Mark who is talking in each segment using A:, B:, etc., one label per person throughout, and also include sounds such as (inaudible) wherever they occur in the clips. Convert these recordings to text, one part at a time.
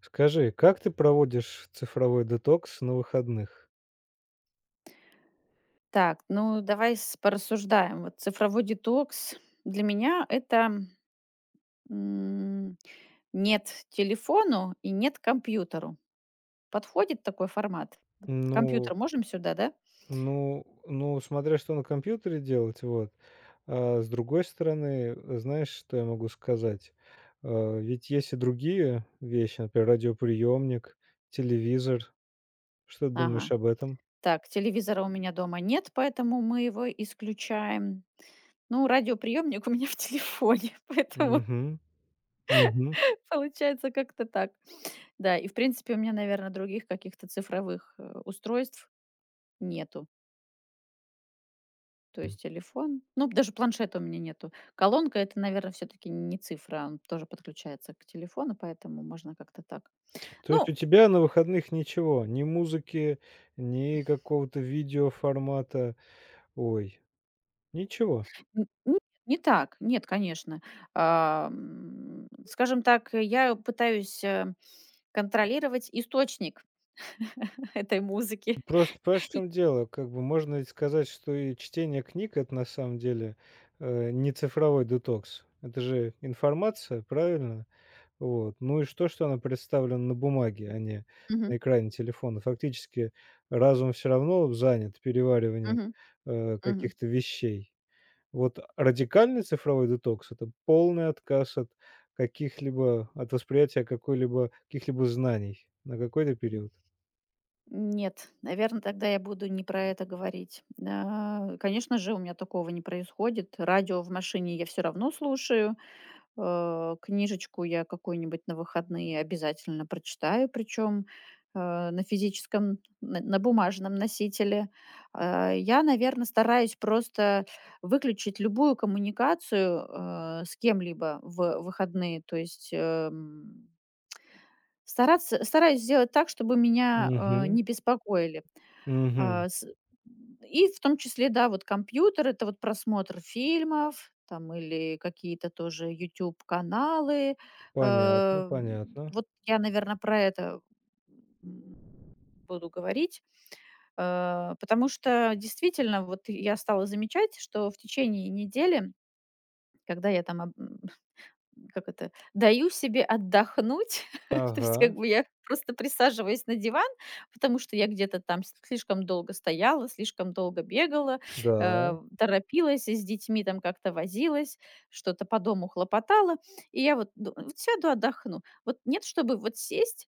A: Скажи, как ты проводишь цифровой детокс на выходных?
B: Так, ну давай порассуждаем. Вот цифровой детокс для меня это м, нет телефону и нет компьютеру. Подходит такой формат? Вот
A: Ну
B: компьютер можем сюда, да?
A: ну, смотря что на компьютере делать, вот. А с другой стороны, знаешь, что я могу сказать? А, ведь есть и другие вещи, например, радиоприемник, телевизор. Что ты думаешь
B: Ага.
A: об этом?
B: Так, телевизора у меня дома нет, поэтому мы его исключаем. Ну, радиоприемник у меня в телефоне, (laughs) поэтому
A: Мгм. Мгм.
B: получается как-то так. Да, и в принципе у меня, наверное, других каких-то цифровых устройств нету. То есть телефон, ну, даже планшета у меня нету. Колонка- это, наверное, все таки не цифра, он тоже подключается к телефону, поэтому можно как-то так.
A: То есть
B: Ну,
A: у тебя на выходных ничего? Ни музыки, ни какого-то видеоформата? Ой, ничего?
B: н нет, не так, нет, конечно. Скажем так, я пытаюсь, контролировать источник (laughs) этой музыки.
A: Просто понимаешь, в чем дело? Как бы можно ведь сказать, что и чтение книг- это на самом деле, не цифровой детокс. Это же информация, правильно? Вот. Ну и что, что она представлена на бумаге, а не
B: Мгм,
A: на экране телефона? Фактически разум все равно занят перевариванием,
B: мгм, мгм.
A: каких-то вещей. Вот радикальный цифровой детокс- это полный отказ от каких-либо от восприятия какой-либо каких-либо знаний на какой-то период.
B: Нет, наверное, тогда я буду не про это говорить. А, конечно же, у меня такого не происходит. Радио в машине я все равно слушаю. Книжечку я какую-нибудь на выходные обязательно прочитаю, причем э, на физическом, на бумажном носителе. Я, наверное, стараюсь просто выключить любую коммуникацию с кем-либо в выходные. То есть стараюсь сделать так, чтобы меня
A: Мгм.
B: не беспокоили. А, с И в том числе, да, вот компьютер- это вот просмотр фильмов там или какие-то тоже YouTube каналы.
A: Понятно,
B: Эм,
A: понятно.
B: вот я, наверное, про это, м, буду говорить. Потому что действительно вот я стала замечать, что в течение недели, когда я там как это, даю себе отдохнуть. (laughs) То
A: Ага,
B: есть как бы я просто присаживаюсь на диван, потому что я где-то там слишком долго стояла, слишком долго бегала,
A: да,
B: торопилась с детьми, там как-то возилась, что-то по дому хлопотала. И я вот, вот сяду отдохну. Вот нет, чтобы вот сесть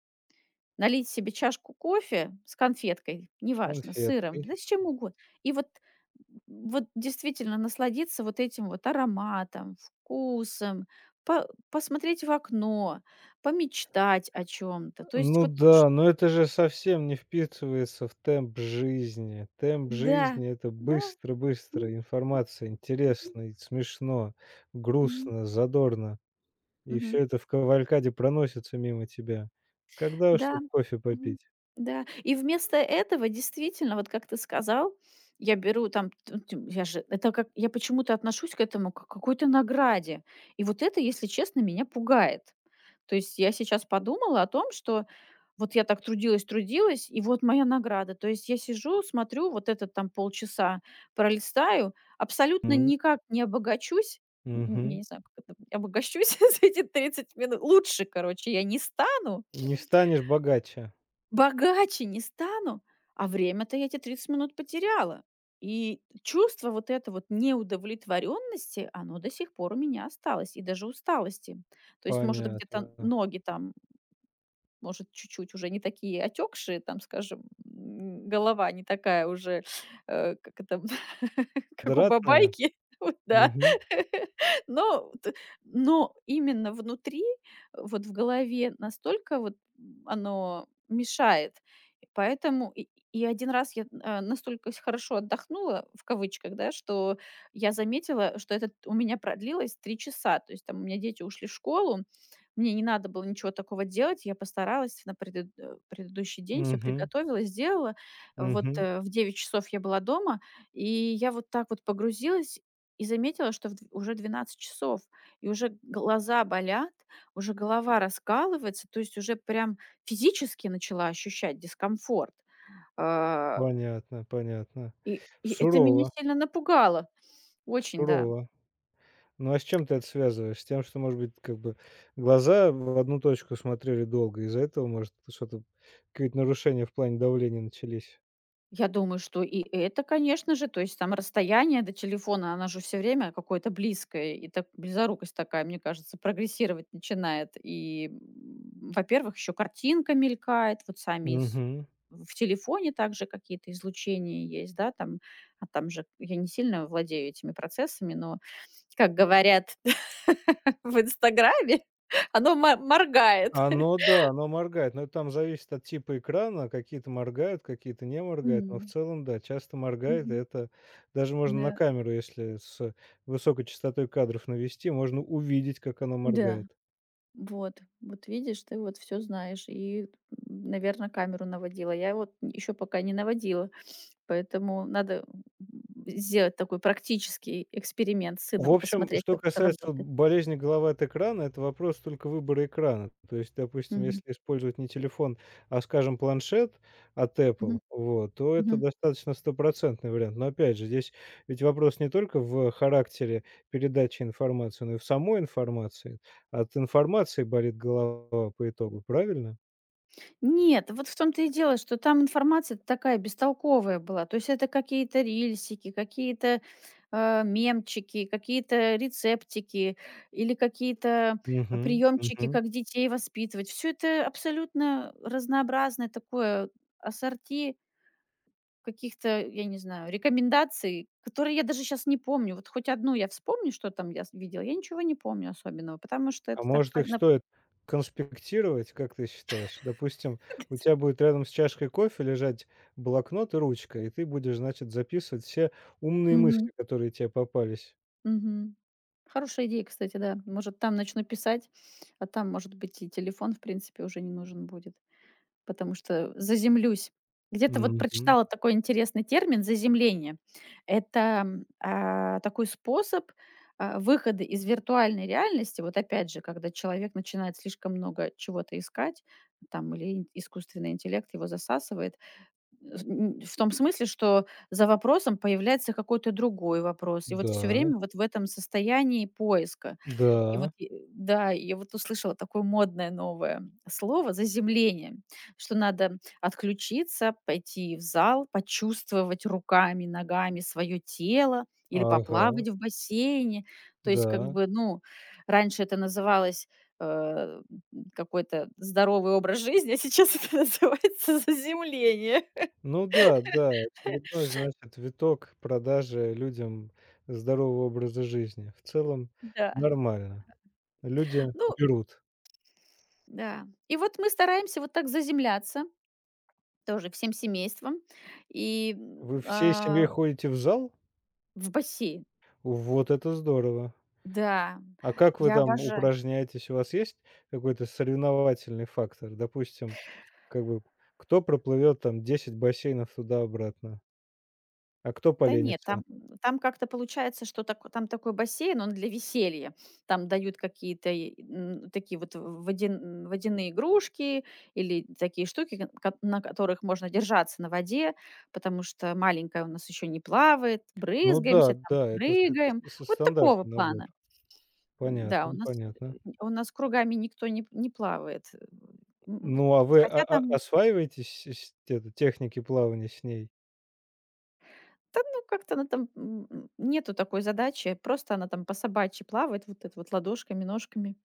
B: налить себе чашку кофе с конфеткой, неважно, с сыром,
A: конфеткой.
B: да с чем угодно. И вот, вот действительно насладиться вот этим вот ароматом, вкусом, посмотреть в окно, помечтать о чем-то. То есть
A: Ну
B: вот,
A: да, но это же совсем не вписывается в темп жизни. Темп
B: да,
A: жизни- это
B: да. М,
A: быстро-быстро, информация,
B: мгм,
A: интересно и смешно,
B: мгм,
A: грустно, задорно. И все
B: мгм.
A: это в кавалькаде проносится мимо тебя. Когда уж
B: Да,
A: тут кофе
B: мгм,
A: попить?
B: да. И вместо этого, действительно, вот как ты сказал, я беру там, т тю я же это как я почему-то отношусь к этому как к какой-то награде. И вот это, если честно, меня пугает. То есть я сейчас подумала о том, что вот я так трудилась, трудилась, и вот моя награда. То есть я сижу, смотрю, вот этот там полчаса пролистаю, абсолютно
A: М,
B: никак не обогачусь. Я
A: мгм.
B: не знаю, как это обогащусь (laughs) за эти 30 минут. Лучше, короче, я не стану,
A: Не станешь богаче.
B: богаче не стану, а время-то я эти 30 минут потеряла. И чувство вот это вот неудовлетворенности, оно до сих пор у меня осталось, и даже усталости. То есть, может,
A: Понятно.
B: где-то ноги там может, чуть-чуть уже не такие отекшие, там, скажем, голова не такая уже, как это, (laughs) как у
A: Квадратная?
B: бабайки, (laughs) вот, да.
A: Угу,
B: (laughs) Но, но именно внутри, вот в голове настолько вот оно мешает. И поэтому и один раз я настолько хорошо отдохнула, в кавычках, да, что я заметила, что это у меня продлилось 3 часа. То есть там у меня дети ушли в школу, мне не надо было ничего такого делать. Я постаралась на предыдущий день, все
A: угу,
B: приготовила, сделала. Вот,
A: угу.
B: в 9 часов я была дома, и я вот так вот погрузилась и заметила, что в дв уже 12 часов, и уже глаза болят, уже голова раскалывается, то есть уже прям физически начала ощущать дискомфорт. А,
A: Понятно, понятно.
B: и это меня
A: Сурово,
B: сильно напугало. Очень, да.
A: сурово. Ну, а с чем ты это связываешь? С тем, что, может быть, как бы глаза в одну точку смотрели долго, из-за этого, может, что-то какие-то нарушения в плане давления начались?
B: Я думаю, что и это, конечно же. То есть там расстояние до телефона, она же все время какое-то близкое. И так близорукость такая, мне кажется, прогрессировать начинает. И, во-первых, еще картинка мелькает, вот
A: Мгм.
B: в телефоне также какие-то излучения есть, да, там, а там же я не сильно владею этими процессами, но, как говорят (laughs) в Инстаграме, (laughs) оно моргает. (laughs)
A: Оно, да, оно моргает, но это там зависит от типа экрана. Какие-то моргают, какие-то не моргают, но в
B: М,
A: целом, да, часто моргает. И
B: мгм.
A: это даже можно на
B: Да,
A: камеру, если с высокой частотой кадров навести, можно увидеть, как оно
B: да.
A: моргает.
B: Вот, вот видишь, ты вот все знаешь и, наверное, камеру наводила. Я вот еще пока не наводила, поэтому надо, сделать такой практический эксперимент с
A: В
B: сыном,
A: общем,
B: посмотреть,
A: что
B: как это
A: касается
B: работает.
A: болезни головы от экрана, это вопрос только выбора экрана. То есть, допустим, если
B: Мгм.
A: использовать не телефон, а, скажем, планшет от Apple,
B: Мгм.
A: вот, то это
B: Мгм.
A: достаточно стопроцентный вариант. Но опять же, здесь ведь вопрос не только в характере передачи информации, но и в самой информации. От информации болит голова по итогу, правильно?
B: Нет, вот в том-то и дело, что там информация такая бестолковая была. То есть это какие-то рильсики, какие-то мемчики, какие-то рецептики или какие-то
A: Мгм.
B: приемчики, как детей воспитывать. Все это абсолютно разнообразное такое ассорти каких-то, я не знаю, рекомендаций, которые я даже сейчас не помню. Вот хоть одну я вспомню, что там я видела, я ничего не помню особенного, потому что
A: А
B: это так...
A: может,
B: по-
A: их стоит конспектировать, как ты считаешь? Допустим, у
B: (laughs)
A: тебя будет рядом с чашкой кофе лежать блокнот и ручка, и ты будешь, значит, записывать все умные
B: Мгм.
A: мысли, которые тебе попались.
B: Мгм. Хорошая идея, кстати, да. Может, там начну писать, а там, может быть, и телефон, в принципе, уже не нужен будет, потому что заземлюсь. Где-то вот
A: Мгм.
B: прочитала такой интересный термин заземление. Это такой способ выхода из виртуальной реальности. Вот опять же, когда человек начинает слишком много чего-то искать, там или искусственный интеллект его засасывает, Э, в том смысле, что за вопросом появляется какой-то другой вопрос. И вот все
A: Да,
B: время вот в этом состоянии поиска. И вот,
A: да,
B: да, я вот услышала такое модное новое слово "заземление", что надо отключиться, пойти в зал, почувствовать руками, ногами свое тело или
A: ага,
B: поплавать в бассейне. То есть как
A: да.
B: бы, ну, раньше это называлось, э, какой-то здоровый образ жизни, а сейчас (laughs) это называется заземление.
A: Ну да, да, очередной, значит, виток продажи людям здорового образа жизни. В целом
B: Да.
A: нормально. Люди
B: Ну
A: берут.
B: да. И вот мы стараемся вот так заземляться тоже всем семейством и,
A: Вы всей семьей ходите в зал?
B: в бассейн.
A: Вот это здорово.
B: Да,
A: А как вы
B: я
A: там
B: обожаю.
A: упражняетесь? У вас есть какой-то соревновательный фактор? Допустим, как бы кто проплывет там 10 бассейнов туда-обратно, а кто
B: Да нет,
A: поленится?
B: там, там как-то получается, что тако там такой бассейн, он для веселья. Там дают какие-то, и, такие вот водяные игрушки или такие штуки, ка кат на которых можно держаться на воде, потому что маленькая у нас еще не плавает,
A: Ну да,
B: брызгаемся, там
A: да, это
B: прыгаем.
A: с-
B: Вот такого
A: стандартный набор.
B: плана. Да, у
A: Понятно,
B: нас,
A: понятно.
B: у нас кругами никто не плавает. М,
A: Ну а вы
B: хотя
A: а-
B: там,
A: осваиваетесь с- это, техники плавания с ней?
B: да, ну, как-то она там, нету такой задачи. Просто она там по-собачьи плавает, вот это вот ладошками, ножками.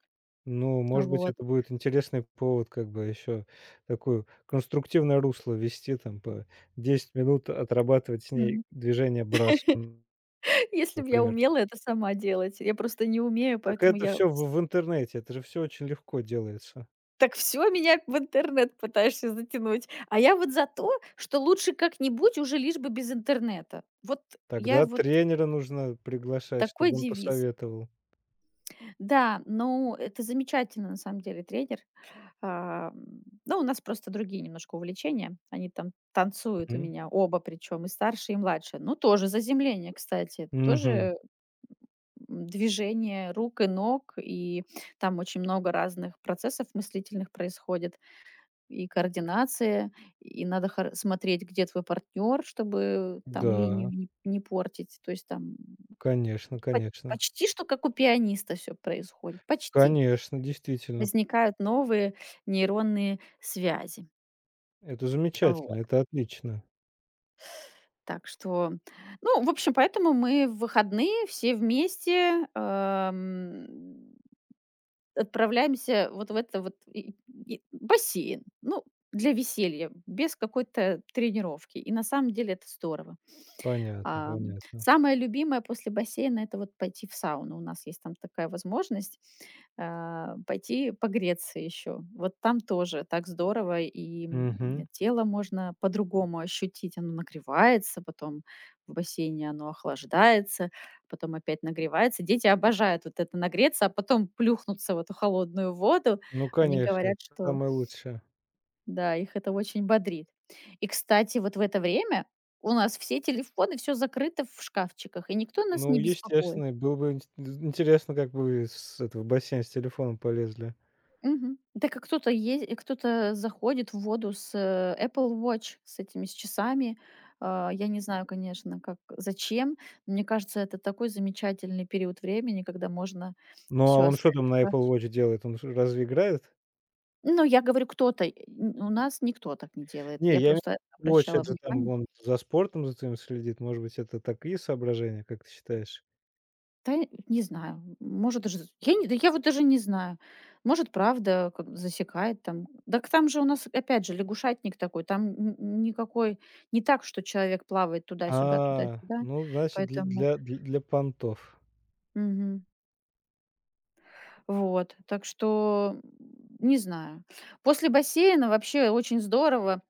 A: Ну, может быть,
B: Вот.
A: это будет интересный повод, как бы еще такое конструктивное русло вести, там, по 10 минут отрабатывать с ней
B: Мгм.
A: движение брасом,
B: (laughs) Если бы я
A: например.
B: умела это сама делать, я просто не умею,
A: Так
B: поэтому
A: это
B: я
A: все
B: с
A: в интернете, это же все очень легко делается.
B: Так все меня в интернет пытаешься затянуть. А я вот за то, что лучше как-нибудь уже лишь бы без интернета. Вот я
A: Тогда
B: вот
A: тренера нужно приглашать,
B: такой
A: чтобы он
B: девиз.
A: посоветовал.
B: Да, ну, это замечательно на самом деле тренер. Ну, у нас просто другие немножко увлечения. Они там танцуют у
A: Мгм.
B: меня оба, причем и старший, и младший. Ну, тоже заземление, кстати.
A: Мгм.
B: Тоже движение рук и ног, и там очень много разных процессов мыслительных происходит, и координация, и надо смотреть, где твой партнер, чтобы там линию
A: Да,
B: не портить. То есть там
A: конечно,
B: по-
A: конечно.
B: почти что как у пианиста все происходит, почти.
A: Конечно, действительно.
B: Возникают новые нейронные связи.
A: Это замечательно,
B: Вот.
A: это отлично.
B: Так что, ну, в общем, поэтому мы в выходные все вместе, отправляемся вот в это вот и бассейн. Ну, для веселья, без какой-то тренировки. И на самом деле это здорово.
A: Понятно, понятно.
B: Самое любимое после бассейна- это вот пойти в сауну. У нас есть там такая возможность, а, пойти погреться еще. Вот там тоже так здорово, и,
A: Мгм.
B: тело можно по-другому ощутить. Оно нагревается, потом в бассейне оно охлаждается, потом опять нагревается. Дети обожают вот это нагреться, а потом плюхнуться в эту холодную воду.
A: Ну,
B: Они
A: конечно,
B: говорят,
A: это
B: что
A: самое лучшее.
B: да, их это очень бодрит. И, кстати, вот в это время у нас все телефоны, все закрыто в шкафчиках, и никто нас
A: Ну,
B: не беспокоит.
A: естественно, было бы инте интересно, как бы вы с этого в бассейн с телефоном полезли.
B: Мгм. Так и кто-то ез кто-то заходит в воду с, Apple Watch, с этими, с часами. А, я не знаю, конечно, как, зачем. Но мне кажется, это такой замечательный период времени, когда можно
A: Ну, а
B: все
A: он что
B: оставить
A: там
B: в
A: на Apple
B: шкафчике.
A: Watch делает? Он ж разве играет?
B: Ну, я говорю, кто-то, э, н у нас никто так не делает.
A: Не,
B: Я
A: я имею
B: просто
A: в виду,
B: обращала
A: очень же там
B: внимание.
A: он за спортом за своим следит. Может быть, это такие соображения, как ты считаешь?
B: Да, не знаю, может даже я вот даже не знаю. Может, правда, как засекает там. Так там же у нас опять же лягушатник такой, там н н никакой не так, что человек плавает туда-сюда,
A: А,
B: туда-сюда,
A: ну, значит,
B: поэтому
A: дл для понтов.
B: Мгм. Вот, так что, не знаю. После бассейна вообще очень здорово.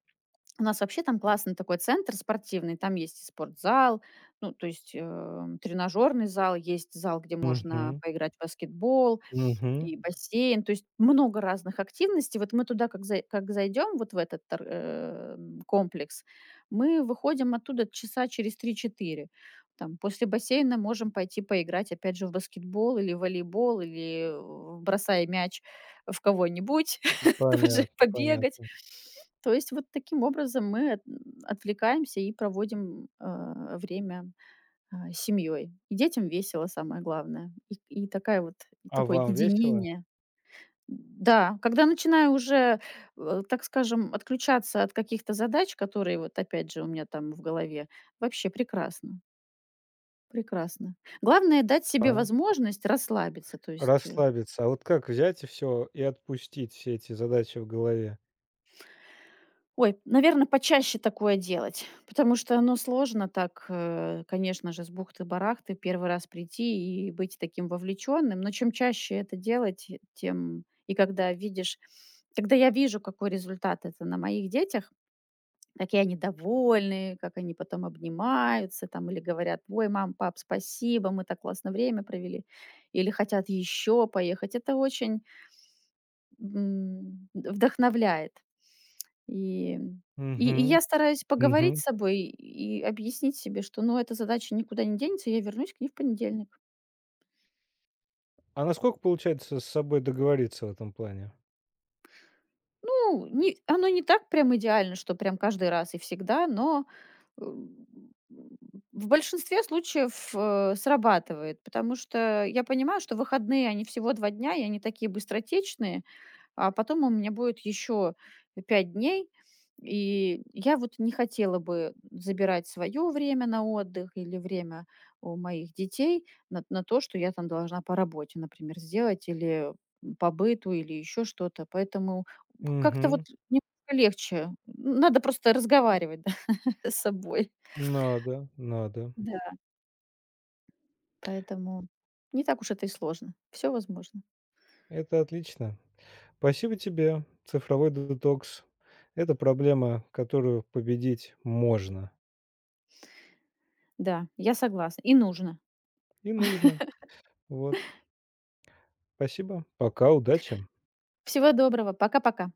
B: У нас вообще там классный такой центр спортивный, там есть и спортзал, ну, то есть, тренажерный зал, есть зал, где можно
A: Мгм,
B: поиграть в баскетбол,
A: мгм.
B: и бассейн, то есть много разных активностей. Вот мы туда как зайдем, вот в этот тор комплекс, мы выходим оттуда часа через три-четыре. Там после бассейна можем пойти поиграть опять же в баскетбол или в волейбол, или в бросай мяч в кого-нибудь, (laughs) тут же
A: Понятно,
B: побегать.
A: понятно.
B: То есть вот таким образом мы от отвлекаемся и проводим, время с семьей. И детям весело, самое главное. И такая вот, и
A: А
B: такое
A: вам весело?
B: единение. Да, когда начинаю уже, так скажем, отключаться от каких-то задач, которые вот опять же у меня там в голове, вообще прекрасно, прекрасно. Главное дать себе
A: А,
B: возможность расслабиться, то есть.
A: расслабиться. А вот как взять и все и отпустить все эти задачи в голове?
B: Ой, наверное, почаще такое делать, потому что, оно сложно так, конечно же, с бухты-барахты первый раз прийти и быть таким вовлеченным. Но чем чаще это делать, тем и когда я вижу, какой результат это на моих детях, какие они довольны, как они потом обнимаются там или говорят: "Ой, мам, пап, спасибо, мы так классно время провели", или хотят еще поехать. Это очень, вдохновляет. И и
A: Мгм,
B: я стараюсь поговорить с
A: мгм.
B: собой и объяснить себе, что, ну, эта задача никуда не денется, я вернусь к ней в понедельник.
A: А насколько получается с собой договориться в этом плане?
B: Ну, не оно не так прям идеально, что прям каждый раз и всегда, но, э, в большинстве случаев, срабатывает, потому что я понимаю, что выходные, они всего 2 дня, и они такие быстротечные. А потом у меня будет еще 5 дней, и я вот не хотела бы забирать свое время на отдых или время у моих детей на то, что я там должна по работе, например, сделать, или по быту, или еще что-то. Поэтому как-то вот
A: Мгм.
B: немного легче. Надо просто разговаривать (laughs) да, с собой.
A: Надо, надо.
B: Да. Поэтому не так уж это и сложно. Все возможно.
A: Это отлично. Спасибо тебе. Цифровой детокс- это проблема, которую победить можно
B: Да, я согласна. И нужно.
A: и нужно. Вот. Спасибо. Пока. Удачи.
B: Всего доброго. Пока-пока.